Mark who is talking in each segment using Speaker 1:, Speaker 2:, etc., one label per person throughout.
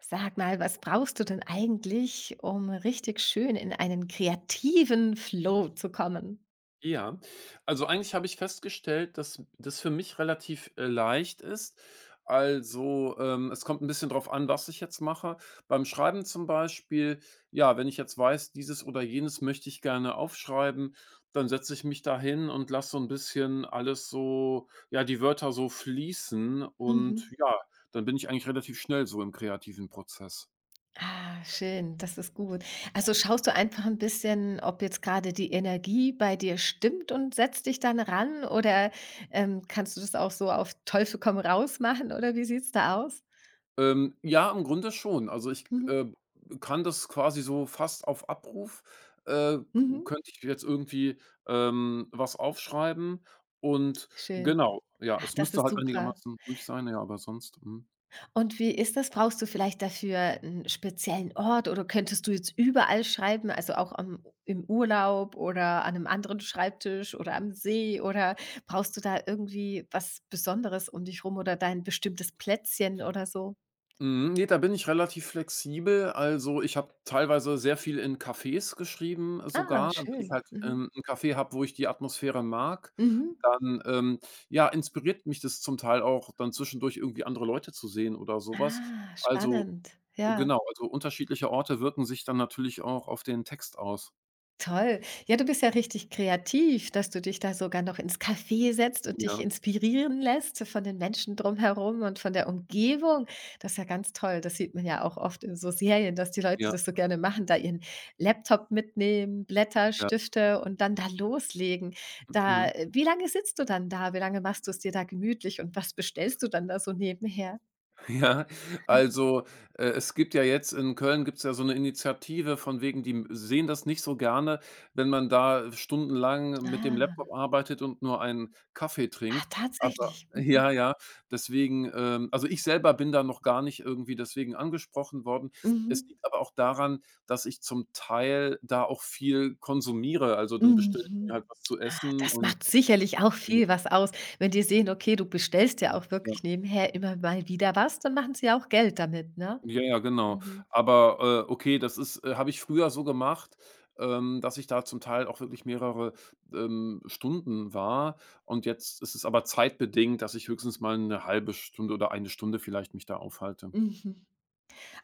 Speaker 1: Sag mal, was brauchst du denn eigentlich, um richtig schön in einen kreativen Flow zu kommen?
Speaker 2: Ja, also eigentlich habe ich festgestellt, dass das für mich relativ, leicht ist. Also, es kommt ein bisschen drauf an, was ich jetzt mache. Beim Schreiben zum Beispiel, ja, wenn ich jetzt weiß, dieses oder jenes möchte ich gerne aufschreiben, dann setze ich mich dahin und lasse so ein bisschen alles so ja, die Wörter so fließen und
Speaker 1: Mhm.
Speaker 2: ja, dann bin ich eigentlich relativ schnell so im kreativen Prozess.
Speaker 1: Ah, schön, das ist gut. Also schaust du einfach ein bisschen, ob jetzt gerade die Energie bei dir stimmt und setzt dich dann ran oder, kannst du das auch so auf Teufel komm raus machen oder wie sieht's da aus?
Speaker 2: Ja, im Grunde schon. Also, ich
Speaker 1: Mhm,
Speaker 2: kann das quasi so fast auf Abruf, äh,
Speaker 1: mhm,
Speaker 2: könnte ich jetzt irgendwie was aufschreiben und
Speaker 1: schön.
Speaker 2: genau, ja,
Speaker 1: Ach,
Speaker 2: es
Speaker 1: das
Speaker 2: müsste
Speaker 1: ist
Speaker 2: halt
Speaker 1: super.
Speaker 2: einigermaßen ruhig sein, ja, aber sonst, mhm.
Speaker 1: Und wie ist das? Brauchst du vielleicht dafür einen speziellen Ort oder könntest du jetzt überall schreiben, also auch am im Urlaub oder an einem anderen Schreibtisch oder am See oder brauchst du da irgendwie was Besonderes um dich rum oder dein bestimmtes Plätzchen oder so?
Speaker 2: Mhm, ne, da bin ich relativ flexibel. Also, ich habe teilweise sehr viel in Cafés geschrieben,
Speaker 1: Ah,
Speaker 2: sogar. Wenn ich
Speaker 1: schön.
Speaker 2: halt,
Speaker 1: Mhm.
Speaker 2: ähm, 'n Café habe, wo ich die Atmosphäre mag,
Speaker 1: Mhm.
Speaker 2: dann, ja, inspiriert mich das zum Teil auch, dann zwischendurch irgendwie andere Leute zu sehen oder sowas.
Speaker 1: Ah,
Speaker 2: Also
Speaker 1: spannend. Ja.
Speaker 2: genau, also unterschiedliche Orte wirken sich dann natürlich auch auf den Text aus.
Speaker 1: Toll. Ja, du bist ja richtig kreativ, dass du dich da sogar noch ins Café setzt und dich
Speaker 2: Ja,
Speaker 1: inspirieren lässt von den Menschen drumherum und von der Umgebung. Das ist ja ganz toll. Das sieht man ja auch oft in so Serien, dass die Leute
Speaker 2: ja,
Speaker 1: das so gerne machen, da ihren Laptop mitnehmen, Blätter,
Speaker 2: ja,
Speaker 1: Stifte und dann da loslegen. Da,
Speaker 2: mhm.
Speaker 1: wie lange sitzt du dann da? Wie lange machst du es dir da gemütlich und was bestellst du dann da so nebenher?
Speaker 2: Ja, also, es gibt ja jetzt in Köln gibt's ja so eine Initiative von wegen, die m sehen das nicht so gerne, wenn man da stundenlang mit dem
Speaker 1: Ah,
Speaker 2: Laptop arbeitet und nur einen Kaffee
Speaker 1: ah
Speaker 2: trinkt. Aber
Speaker 1: tatsächlich.
Speaker 2: ja,
Speaker 1: Mhm.
Speaker 2: ja, deswegen, also, ich selber bin da noch gar nicht irgendwie deswegen angesprochen worden. Es
Speaker 1: Mhm.
Speaker 2: liegt aber auch daran, dass ich zum Teil da auch viel konsumiere. Also, dann bestelle ich mir halt
Speaker 1: Mhm.
Speaker 2: was zu
Speaker 1: Ah,
Speaker 2: essen
Speaker 1: das
Speaker 2: und
Speaker 1: macht sicherlich auch
Speaker 2: ja,
Speaker 1: viel was aus. Wenn die sehen, okay, du bestellst ja auch
Speaker 2: ja.
Speaker 1: wirklich nebenher immer mal wieder was, dann machen sie ja auch Geld damit, ne?
Speaker 2: Ja, ja, genau.
Speaker 1: Mhm.
Speaker 2: Aber, okay, das ist habe ich früher so gemacht, dass ich da zum Teil auch wirklich mehrere, Stunden war und jetzt ist es aber zeitbedingt, dass ich höchstens mal eine halbe Stunde oder eine Stunde vielleicht mich da aufhalte.
Speaker 1: Mhm.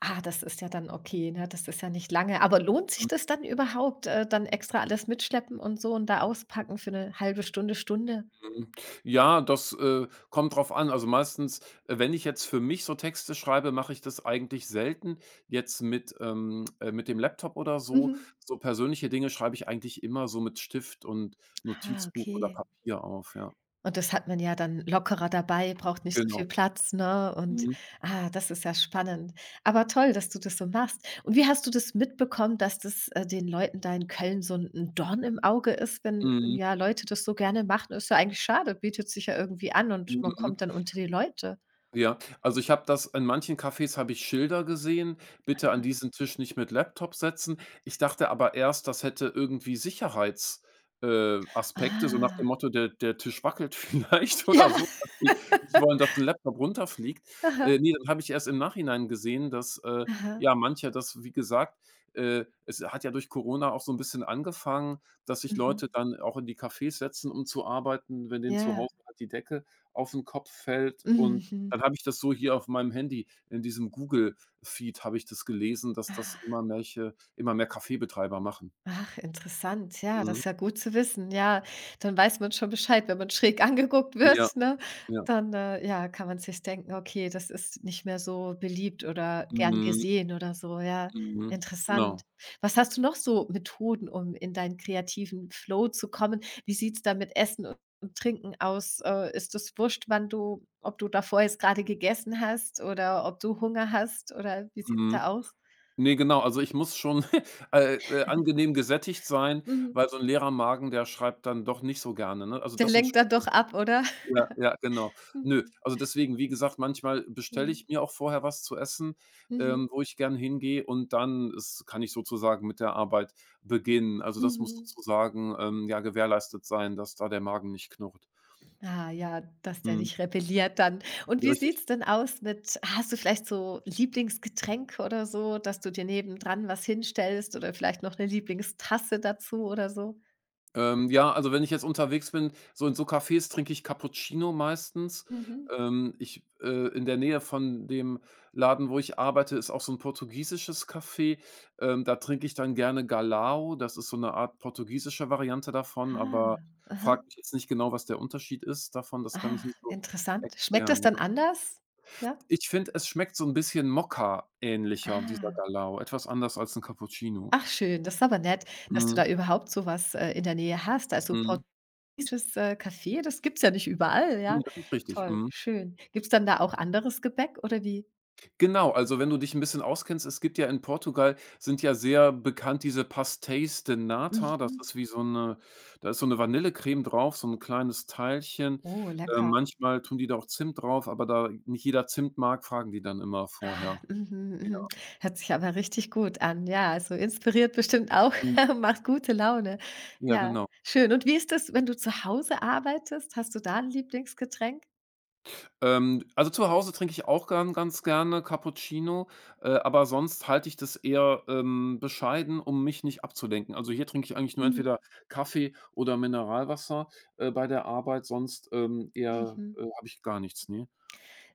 Speaker 1: Ah, das ist ja dann okay, ne? Das ist ja nicht lange. Aber lohnt sich das dann überhaupt, dann extra alles mitschleppen und so und da auspacken für eine halbe Stunde, Stunde?
Speaker 2: Mhm. Ja, das, kommt drauf an. Also, meistens, wenn ich jetzt für mich so Texte schreibe, mache ich das eigentlich selten jetzt mit dem Laptop oder so.
Speaker 1: Mhm.
Speaker 2: So persönliche Dinge schreibe ich eigentlich immer so mit Stift und
Speaker 1: Ah,
Speaker 2: Notizbuch oder
Speaker 1: okay.
Speaker 2: Papier auf, ja.
Speaker 1: Und das hat man ja dann lockerer dabei, braucht nicht so
Speaker 2: Genau.
Speaker 1: viel Platz, ne? Und,
Speaker 2: Mhm.
Speaker 1: ah, das ist ja spannend. Aber toll, dass du das so machst. Und wie hast du das mitbekommen, dass das, den Leuten da in Köln so ein 'n Dorn im Auge ist, wenn,
Speaker 2: Mhm.
Speaker 1: ja, Leute das so gerne machen? Ist ja eigentlich schade, bietet sich ja irgendwie an und man
Speaker 2: Mhm.
Speaker 1: kommt dann unter die Leute.
Speaker 2: Ja, also ich habe das in manchen Cafés habe ich Schilder gesehen: „Bitte an
Speaker 1: Ah,
Speaker 2: diesen Tisch nicht mit Laptop setzen.“ Ich dachte aber erst, das hätte irgendwie Sicherheits Aspekte, so nach dem Motto: „Der Tisch wackelt vielleicht
Speaker 1: ja.
Speaker 2: oder so, dass die nicht wollen, dass ein Laptop runterfliegt.“
Speaker 1: Aha.
Speaker 2: Ne, dann habe ich erst im Nachhinein gesehen, dass,
Speaker 1: Aha.
Speaker 2: ja, mancher das wie gesagt, es hat ja durch Corona auch so ein bisschen angefangen, dass sich
Speaker 1: Mhm.
Speaker 2: Leute dann auch in die Cafés setzen, um zu arbeiten, wenn denen zu
Speaker 1: Ja.
Speaker 2: Hause halt die Decke auf den Kopf fällt, und
Speaker 1: Mhm.
Speaker 2: dann habe ich das so hier auf meinem Handy in diesem Google-Feed habe ich das gelesen, dass das
Speaker 1: Ah.
Speaker 2: immer mehr Kaffeebetreiber machen.
Speaker 1: Ach, interessant. Ja, das
Speaker 2: Mhm.
Speaker 1: ist ja gut zu wissen. Ja, dann weiß man schon Bescheid, wenn man schräg angeguckt wird,
Speaker 2: Ja,
Speaker 1: ne?
Speaker 2: ja.
Speaker 1: Dann, ja, kann man sich denken: „Okay, das ist nicht mehr so beliebt oder gern
Speaker 2: Mhm,
Speaker 1: gesehen“ oder so, ja.
Speaker 2: mhm. Genau.
Speaker 1: Interessant. Was hast du noch so Methoden, um in deinen kreativen Flow zu kommen? Wie sieht's da mit Essen und Trinken aus? Ist es wurscht, wann du ob du davor jetzt gerade gegessen hast oder ob du Hunger hast oder wie sieht's da
Speaker 2: Mhm.
Speaker 1: aus?
Speaker 2: Ne, genau, also ich muss schon, angenehm gesättigt sein,
Speaker 1: Mhm.
Speaker 2: weil so 'n leerer Magen, der schreibt dann doch nicht so gerne, ne? Also
Speaker 1: Der
Speaker 2: das sind
Speaker 1: lenkt
Speaker 2: schon
Speaker 1: dann doch
Speaker 2: so.
Speaker 1: ab, oder?
Speaker 2: Ja, ja, genau.
Speaker 1: Mhm.
Speaker 2: Nö, also deswegen, wie gesagt, manchmal bestelle
Speaker 1: Mhm.
Speaker 2: ich mir auch vorher was zu essen,
Speaker 1: Mhm.
Speaker 2: ähm, wo ich gern hingehe, und dann ist kann ich sozusagen mit der Arbeit beginnen. Also, das muss
Speaker 1: Mhm.
Speaker 2: sozusagen, ja, gewährleistet sein, dass da der Magen nicht knurrt.
Speaker 1: Ah ja, dass der
Speaker 2: Mhm.
Speaker 1: nicht rebelliert dann. Und wie
Speaker 2: Richtig.
Speaker 1: sieht's denn aus mit hast du vielleicht so Lieblingsgetränk oder so, dass du dir nebendran was hinstellst oder vielleicht noch eine Lieblingstasse dazu oder so?
Speaker 2: Ja, also wenn ich jetzt unterwegs bin, so in so Cafés trinke ich Cappuccino meistens.
Speaker 1: Mhm.
Speaker 2: Ich In der Nähe von dem Laden, wo ich arbeite, ist auch so ein portugiesisches Café. Da trinke ich dann gerne Galao. Das ist so eine Art portugiesische Variante davon,
Speaker 1: Ah,
Speaker 2: aber
Speaker 1: aha.
Speaker 2: frag mich jetzt nicht genau, was der Unterschied ist davon. Das kann ich
Speaker 1: Ach,
Speaker 2: nicht so
Speaker 1: interessant. Schmeckt das
Speaker 2: erklären,
Speaker 1: dann
Speaker 2: ja.
Speaker 1: anders? Ja?
Speaker 2: Ich finde, es schmeckt so ein bisschen Mokka-ähnlicher, dieser
Speaker 1: Ah.
Speaker 2: Galao, etwas anders als ein Cappuccino.
Speaker 1: Ach schön, das ist aber nett, dass du
Speaker 2: Mhm,
Speaker 1: da überhaupt so was, in der Nähe hast. Also,
Speaker 2: mhm.
Speaker 1: Port dieses, Café, das gibt's ja nicht überall, ja.
Speaker 2: Ne, das ist richtig.
Speaker 1: Toll,
Speaker 2: Mhm.
Speaker 1: schön. Gibt's dann da auch anderes Gebäck oder wie?
Speaker 2: Genau, also wenn du dich ein bisschen auskennst, es gibt ja in Portugal sind ja sehr bekannt diese Pastéis de Nata. Das
Speaker 1: Mhm.
Speaker 2: ist wie so 'ne Da ist so 'ne Vanillecreme drauf, so 'n kleines Teilchen.
Speaker 1: Oh, lecker.
Speaker 2: Manchmal tun die da auch Zimt drauf, aber da nicht jeder Zimt mag, fragen die dann immer
Speaker 1: Ah,
Speaker 2: vorher.
Speaker 1: mhm, mhm.
Speaker 2: Ja.
Speaker 1: Hört sich aber richtig gut an. Ja, also inspiriert bestimmt auch,
Speaker 2: Mhm.
Speaker 1: macht gute Laune.
Speaker 2: Ja,
Speaker 1: Ja,
Speaker 2: genau.
Speaker 1: schön. Und wie ist das, wenn du zu Hause arbeitest? Hast du da ein Lieblingsgetränk?
Speaker 2: Also, zu Hause trinke ich auch gern ganz gerne Cappuccino, aber sonst halte ich das eher, bescheiden, um mich nicht abzulenken. Also, hier trinke ich eigentlich nur
Speaker 1: Mhm,
Speaker 2: entweder Kaffee oder Mineralwasser, bei der Arbeit, sonst, eher,
Speaker 1: mhm.
Speaker 2: äh, habe ich gar nichts, ne?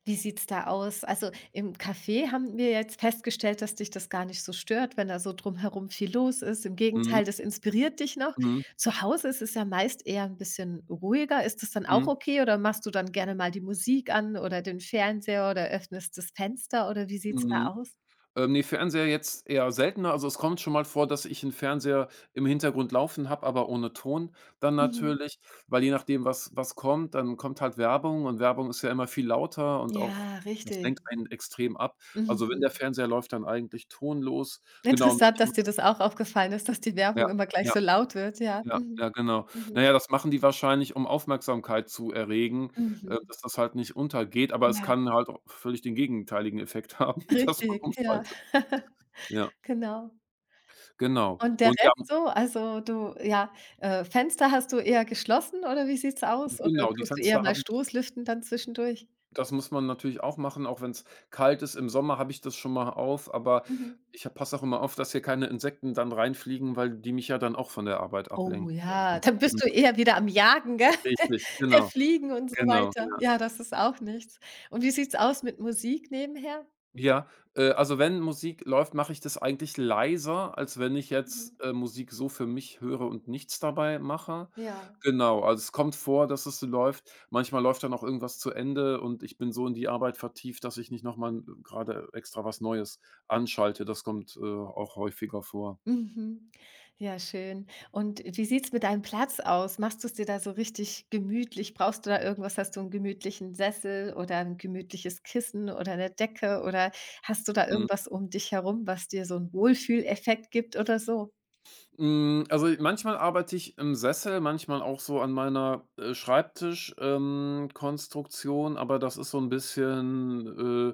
Speaker 1: Wie sieht's da aus? Also, im Café haben wir jetzt festgestellt, dass dich das gar nicht so stört, wenn da so drumherum viel los ist. Im
Speaker 2: Mhm.
Speaker 1: Gegenteil, das inspiriert dich noch.
Speaker 2: Mhm.
Speaker 1: Zu Hause ist es ja meist eher ein bisschen ruhiger. Ist das dann auch
Speaker 2: Mhm.
Speaker 1: okay oder machst du dann gerne mal die Musik an oder den Fernseher oder öffnest das Fenster oder wie sieht's da
Speaker 2: Mhm.
Speaker 1: aus?
Speaker 2: Ne, Fernseher jetzt eher seltener. Also, es kommt schon mal vor, dass ich 'n Fernseher im Hintergrund laufen habe, aber ohne Ton dann
Speaker 1: Mhm.
Speaker 2: natürlich, weil je nachdem, was kommt, dann kommt halt Werbung, und Werbung ist ja immer viel lauter und auch
Speaker 1: Ja,
Speaker 2: das
Speaker 1: richtig.
Speaker 2: lenkt einen extrem ab. Also, wenn
Speaker 1: Mhm.
Speaker 2: der Fernseher läuft, dann eigentlich tonlos. Genau,
Speaker 1: Interessant, dass
Speaker 2: manchmal
Speaker 1: dir das auch aufgefallen ist, dass die
Speaker 2: ja,
Speaker 1: Werbung immer gleich
Speaker 2: ja,
Speaker 1: so laut wird, ja.
Speaker 2: ja,
Speaker 1: Mhm.
Speaker 2: ja, genau.
Speaker 1: Mhm.
Speaker 2: Na ja, das machen die wahrscheinlich, um Aufmerksamkeit zu erregen,
Speaker 1: Mhm.
Speaker 2: dass das halt nicht untergeht, aber es
Speaker 1: Ja,
Speaker 2: kann halt auch völlig den gegenteiligen Effekt haben, dass man
Speaker 1: richtig, ja.
Speaker 2: umschaltet. Ja,
Speaker 1: Genau.
Speaker 2: genau.
Speaker 1: Und der
Speaker 2: Und ja.
Speaker 1: Rest so? Also, Fenster hast du eher geschlossen oder wie sieht's aus? Oder
Speaker 2: Genau, die
Speaker 1: tust du eher
Speaker 2: Fenster
Speaker 1: mal
Speaker 2: habe ich
Speaker 1: Stoßlüften dann zwischendurch?
Speaker 2: das muss man natürlich auch machen, auch wenn's kalt ist. Im Sommer habe ich das schon mal auf, aber
Speaker 1: Mhm.
Speaker 2: ich ha passe auch immer auf, dass hier keine Insekten dann reinfliegen, weil die mich ja dann auch von der Arbeit ablenken
Speaker 1: Oh ja,
Speaker 2: könnten.
Speaker 1: dann
Speaker 2: Mhm.
Speaker 1: bist du eher wieder am Jagen, gell,
Speaker 2: Richtig,
Speaker 1: der
Speaker 2: genau,
Speaker 1: Fliegen und so
Speaker 2: genau,
Speaker 1: weiter.
Speaker 2: ja.
Speaker 1: Ja, das ist auch nichts. Und wie sieht's aus mit Musik nebenher?
Speaker 2: Ja, also wenn Musik läuft, mache ich das eigentlich leiser, als wenn ich jetzt,
Speaker 1: Mhm.
Speaker 2: äh, Musik so für mich höre und nichts dabei mache.
Speaker 1: Ja.
Speaker 2: Genau, also es kommt vor, dass es läuft. Manchmal läuft dann auch irgendwas zu Ende und ich bin so in die Arbeit vertieft, dass ich nicht noch mal 'n extra was Neues anschalte. Das kommt, auch häufiger vor.
Speaker 1: Mhm. Ja, schön. Und wie sieht's mit deinem Platz aus? Machst du es dir da so richtig gemütlich? Brauchst du da irgendwas? Hast du einen gemütlichen Sessel oder ein gemütliches Kissen oder eine Decke oder hast du da
Speaker 2: Mhm.
Speaker 1: irgendwas um dich herum, was dir so 'n Wohlfühleffekt gibt oder so?
Speaker 2: Also, manchmal arbeite ich im Sessel, manchmal auch so an meiner, Schreibtisch, Konstruktion, aber das ist so ein bisschen,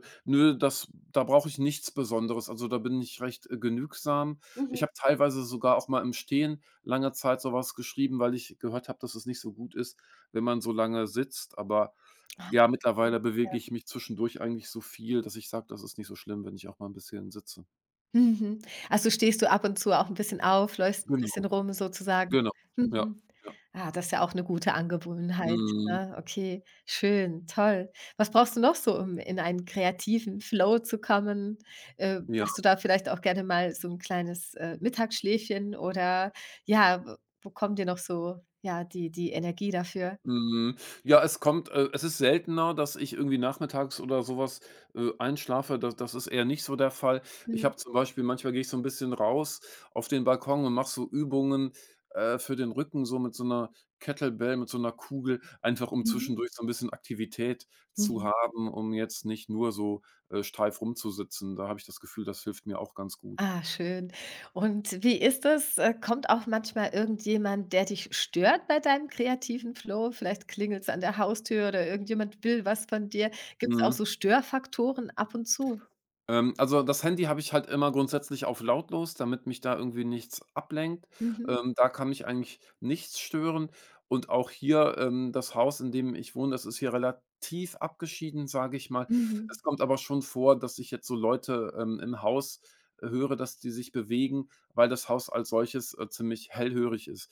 Speaker 2: äh nö, das da brauche ich nichts Besonderes. Also, da bin ich recht, genügsam. Ich
Speaker 1: Mhm.
Speaker 2: habe teilweise sogar auch mal im Stehen lange Zeit so was geschrieben, weil ich gehört habe, dass es nicht so gut ist, wenn man so lange sitzt. Aber
Speaker 1: Ah,
Speaker 2: ja,
Speaker 1: okay.
Speaker 2: mittlerweile bewege ich mich zwischendurch eigentlich so viel, dass ich sage, das ist nicht so schlimm, wenn ich auch mal ein bisschen sitze.
Speaker 1: Mhm. Also, stehst du ab und zu auch ein bisschen auf, läufst ein bisschen
Speaker 2: Genau,
Speaker 1: rum sozusagen?
Speaker 2: genau. Ja,
Speaker 1: Mhm.
Speaker 2: ja.
Speaker 1: Ah, das ist ja auch eine gute Angewohnheit,
Speaker 2: Mhm.
Speaker 1: ne? Okay, schön, toll. Was brauchst du noch so, um in einen kreativen Flow zu kommen?
Speaker 2: Ja.
Speaker 1: Machst du da vielleicht auch gerne mal so ein kleines, Mittagsschläfchen oder ja, w wo kommen dir noch so, ja, die Energie dafür?
Speaker 2: Mhm. Ja, es ist seltener, dass ich irgendwie nachmittags oder sowas, einschlafe. Da das ist eher nicht so der Fall. Ich
Speaker 1: Mhm.
Speaker 2: habe zum Beispiel manchmal gehe ich so ein bisschen raus auf den Balkon und mache so Übungen, für den Rücken, so mit so einer Kettlebell, mit so einer Kugel, einfach um
Speaker 1: Mhm.
Speaker 2: zwischendurch so ein bisschen Aktivität zu
Speaker 1: Mhm.
Speaker 2: haben, um jetzt nicht nur so, steif rumzusitzen. Da habe ich das Gefühl, das hilft mir auch ganz gut.
Speaker 1: Ah, schön. Und wie ist das? Kommt auch manchmal irgendjemand, der dich stört bei deinem kreativen Flow? Vielleicht klingelt's an der Haustür oder irgendjemand will was von dir. Gibt's auch
Speaker 2: Mhm.
Speaker 1: so Störfaktoren ab und zu?
Speaker 2: Also, das Handy habe ich halt immer grundsätzlich auf lautlos, damit mich da irgendwie nichts ablenkt.
Speaker 1: Mhm.
Speaker 2: Da kann mich eigentlich nichts stören. Und auch hier, das Haus, in dem ich wohne, das ist hier relativ abgeschieden, sage ich mal.
Speaker 1: Mhm.
Speaker 2: Es kommt aber schon vor, dass ich jetzt so Leute, im Haus, höre, dass die sich bewegen, weil das Haus als solches, ziemlich hellhörig ist.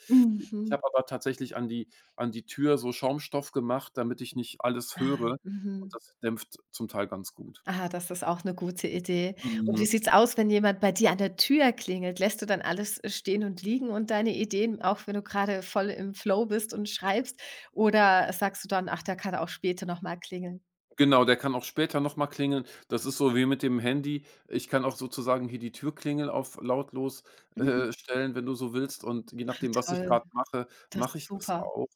Speaker 2: Ich
Speaker 1: Mhm.
Speaker 2: habe aber tatsächlich an die Tür so Schaumstoff gemacht, damit ich nicht alles
Speaker 1: Ah,
Speaker 2: höre, und
Speaker 1: mhm.
Speaker 2: das dämpft zum Teil ganz gut.
Speaker 1: Ah, das ist auch eine gute Idee. Und
Speaker 2: Mhm.
Speaker 1: wie sieht's aus, wenn jemand bei dir an der Tür klingelt? Lässt du dann alles stehen und liegen und deine Ideen, auch wenn du gerade voll im Flow bist und schreibst? Oder sagst du dann: „Ach, der kann auch später noch mal klingeln?“
Speaker 2: Genau, der kann auch später noch mal klingeln. Das ist so wie mit dem Handy. Ich kann auch sozusagen hier die Türklingel auf lautlos, stellen, wenn du so willst. Und je nachdem, was ich
Speaker 1: Toll,
Speaker 2: gerade mache,
Speaker 1: das
Speaker 2: mache
Speaker 1: ist
Speaker 2: ich das
Speaker 1: super.
Speaker 2: auch.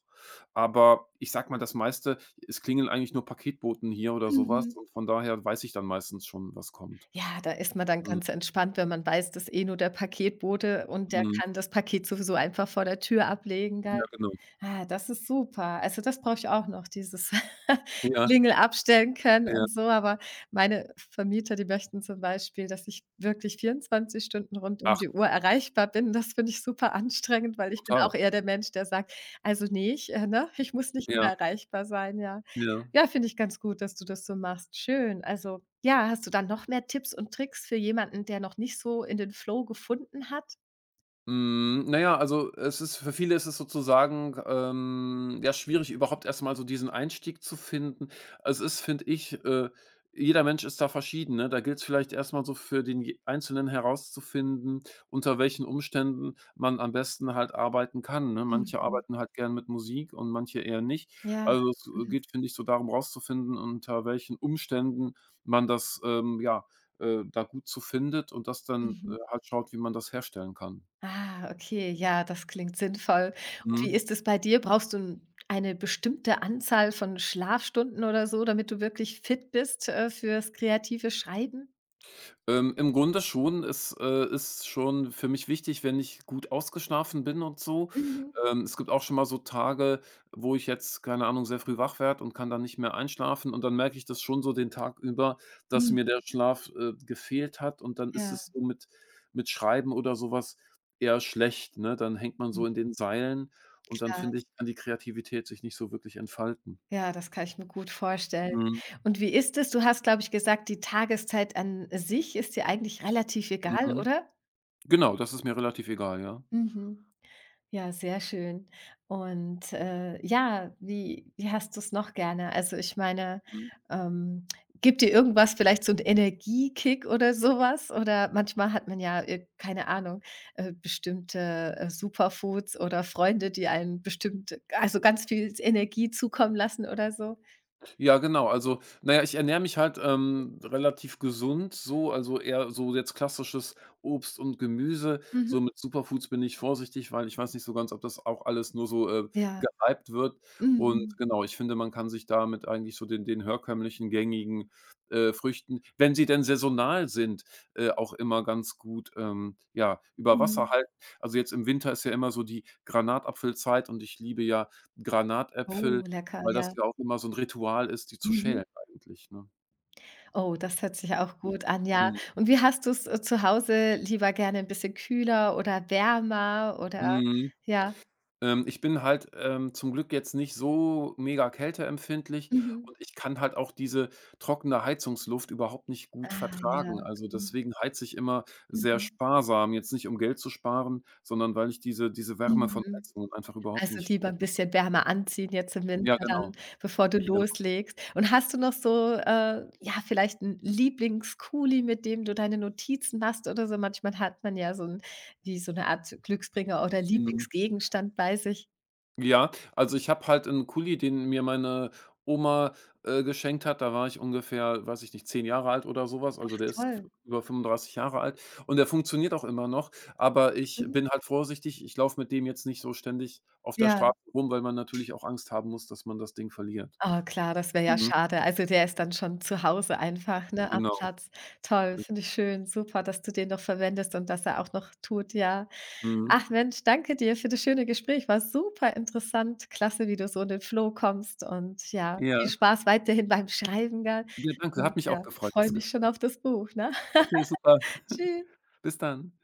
Speaker 2: Aber ich sag mal, das meiste es klingeln eigentlich nur Paketboten hier oder sowas.
Speaker 1: Mhm.
Speaker 2: Und von daher weiß ich dann meistens schon, was kommt.
Speaker 1: Ja, da ist man dann
Speaker 2: Mhm,
Speaker 1: ganz entspannt, wenn man weiß, dass eh nur der Paketbote und der
Speaker 2: mhm.
Speaker 1: kann das Paket sowieso einfach vor der Tür ablegen, da.
Speaker 2: Ja, genau.
Speaker 1: Ah, das ist super. Also, das brauche ich auch noch, dieses
Speaker 2: Ja,
Speaker 1: Klingel abstellen können
Speaker 2: ja.
Speaker 1: und so. Aber meine Vermieter, die möchten zum Beispiel, dass ich wirklich 24 Stunden rund um
Speaker 2: Ach,
Speaker 1: die Uhr erreichbar bin. Das finde ich super anstrengend, weil ich bin
Speaker 2: total.
Speaker 1: auch eher der Mensch, der sagt: „Also, nee, ich muss nicht
Speaker 2: Ja,
Speaker 1: immer erreichbar sein“, ja.
Speaker 2: ja.
Speaker 1: Ja, finde ich ganz gut, dass du das so machst. Schön. Also, ja, hast du dann noch mehr Tipps und Tricks für jemanden, der noch nicht so in den Flow gefunden hat?
Speaker 2: Na ja, also, es ist für viele ist es sozusagen, ja, schwierig, überhaupt erst mal so diesen Einstieg zu finden. Es ist, finde ich, jeder Mensch ist da verschieden, ne? Da gilt es vielleicht erst mal so für den je Einzelnen herauszufinden, unter welchen Umständen man am besten halt arbeiten kann, ne? Manche
Speaker 1: Mhm.
Speaker 2: arbeiten halt gern mit Musik und manche eher nicht.
Speaker 1: Ja.
Speaker 2: Also, es,
Speaker 1: Mhm.
Speaker 2: geht, finde ich, so darum rauszufinden, unter welchen Umständen man das, ja, da gut zu findet und das dann,
Speaker 1: Mhm.
Speaker 2: halt schaut, wie man das herstellen kann.
Speaker 1: Ah, okay, ja, das klingt sinnvoll. Und wie
Speaker 2: Mhm.
Speaker 1: ist es bei dir? Brauchst du 'n eine bestimmte Anzahl von Schlafstunden oder so, damit du wirklich fit bist, fürs kreative Schreiben?
Speaker 2: Im Grunde schon. Es, ist schon für mich wichtig, wenn ich gut ausgeschlafen bin und so.
Speaker 1: Mhm.
Speaker 2: Es gibt auch schon mal so Tage, wo ich jetzt, keine Ahnung, sehr früh wach werde und kann dann nicht mehr einschlafen, und dann merke ich das schon so den Tag über, dass
Speaker 1: Mhm.
Speaker 2: mir der Schlaf, gefehlt hat, und dann ist
Speaker 1: Ja,
Speaker 2: es so mit Schreiben oder sowas eher schlecht, ne? Dann hängt man
Speaker 1: mhm,
Speaker 2: so in den Seilen und dann,
Speaker 1: klar.
Speaker 2: finde ich, kann die Kreativität sich nicht so wirklich entfalten.
Speaker 1: Ja, das kann ich mir gut vorstellen.
Speaker 2: Mhm,
Speaker 1: Und wie ist es? Du hast, glaube ich, gesagt, die Tageszeit an sich ist dir eigentlich relativ egal,
Speaker 2: mhm.
Speaker 1: oder?
Speaker 2: Genau, das ist mir relativ egal, ja.
Speaker 1: Mhm. Ja, sehr schön. Und, ja, wie hast du es noch gerne? Also, ich meine,
Speaker 2: Mhm.
Speaker 1: ähm, gibt dir irgendwas vielleicht so 'n Energiekick oder sowas? Oder manchmal hat man ja, ir keine Ahnung, bestimmte, Superfoods oder Freunde, die einem bestimmt also, ganz viel Energie zukommen lassen oder so?
Speaker 2: Ja, genau. Also, naja, ich ernähre mich halt, relativ gesund so, also eher so jetzt klassisches Obst und Gemüse.
Speaker 1: Mhm.
Speaker 2: So mit Superfoods bin ich vorsichtig, weil ich weiß nicht so ganz, ob das auch alles nur so,
Speaker 1: Ja.
Speaker 2: gehypt wird. Und
Speaker 1: Mhm.
Speaker 2: genau, ich finde, man kann sich damit eigentlich so den herkömmlichen gängigen, Früchten, wenn sie denn saisonal sind, auch immer ganz gut, ja, über Wasser
Speaker 1: Mhm.
Speaker 2: halten. Also, jetzt im Winter ist ja immer so die Granatapfelzeit und ich liebe ja Granatäpfel.
Speaker 1: Oh, lecker,
Speaker 2: Weil das
Speaker 1: ja.
Speaker 2: ja auch immer so 'n Ritual ist, die zu
Speaker 1: Mhm.
Speaker 2: schälen eigentlich, ne?
Speaker 1: Oh, das hört sich auch
Speaker 2: Mhm.
Speaker 1: gut an, ja.
Speaker 2: Mhm.
Speaker 1: Und wie hast du es zu Hause lieber gerne ein bisschen kühler oder wärmer oder
Speaker 2: Mhm.
Speaker 1: ja.
Speaker 2: Ich bin halt, zum Glück jetzt nicht so mega kälteempfindlich
Speaker 1: Mhm.
Speaker 2: und ich kann halt auch diese trockene Heizungsluft überhaupt nicht gut
Speaker 1: Ah ja.
Speaker 2: vertragen. Also,
Speaker 1: Mhm.
Speaker 2: deswegen heize ich immer sehr
Speaker 1: Mhm.
Speaker 2: sparsam, jetzt nicht, um Geld zu sparen, sondern weil ich diese Wärme von
Speaker 1: Mhm.
Speaker 2: Heizungen einfach überhaupt
Speaker 1: Also,
Speaker 2: nicht
Speaker 1: lieber
Speaker 2: gerne.
Speaker 1: ein bisschen wärmer anziehen jetzt im Winter
Speaker 2: Ja,
Speaker 1: dann,
Speaker 2: genau,
Speaker 1: bevor du
Speaker 2: genau.
Speaker 1: loslegst. Und hast du noch so, ja, vielleicht 'n lieblings mit dem du deine Notizen machst oder so? Manchmal hat man ja so 'n wie so 'ne Art Glücksbringer oder
Speaker 2: Mhm.
Speaker 1: Lieblingsgegenstand bei sich.
Speaker 2: Ja, also ich habe halt einen Kuli, den mir meine Oma, geschenkt hat. Da war ich ungefähr, weiß ich nicht, 10 Jahre alt oder sowas. Also der ist f
Speaker 1: Toll.
Speaker 2: über 35 Jahre alt und der funktioniert auch immer noch, aber ich
Speaker 1: Mhm.
Speaker 2: bin halt vorsichtig. Ich laufe mit dem jetzt nicht so ständig auf der
Speaker 1: Ja.
Speaker 2: Straße rum, weil man natürlich auch Angst haben muss, dass man das Ding verliert.
Speaker 1: Oh klar, das wäre ja
Speaker 2: Mhm,
Speaker 1: schade. Also, der ist dann schon zu Hause einfach, ne, am
Speaker 2: genau.
Speaker 1: Platz. Toll, finde ich schön. Super, dass du den noch verwendest und dass er auch noch tut, ja.
Speaker 2: Mhm.
Speaker 1: Ach Mensch, danke dir für das schöne Gespräch. War super interessant. Klasse, wie du so in den Flow kommst und ja,
Speaker 2: Ja.
Speaker 1: viel Spaß weiterhin beim Schreiben, gell?
Speaker 2: Ja, danke.
Speaker 1: Und
Speaker 2: Hat mich auch
Speaker 1: ja,
Speaker 2: gefreut,
Speaker 1: freue
Speaker 2: das
Speaker 1: mich schon
Speaker 2: Gespräch.
Speaker 1: auf das Buch, ne?
Speaker 2: Okay, super.
Speaker 1: Tschüss.
Speaker 2: Bis dann.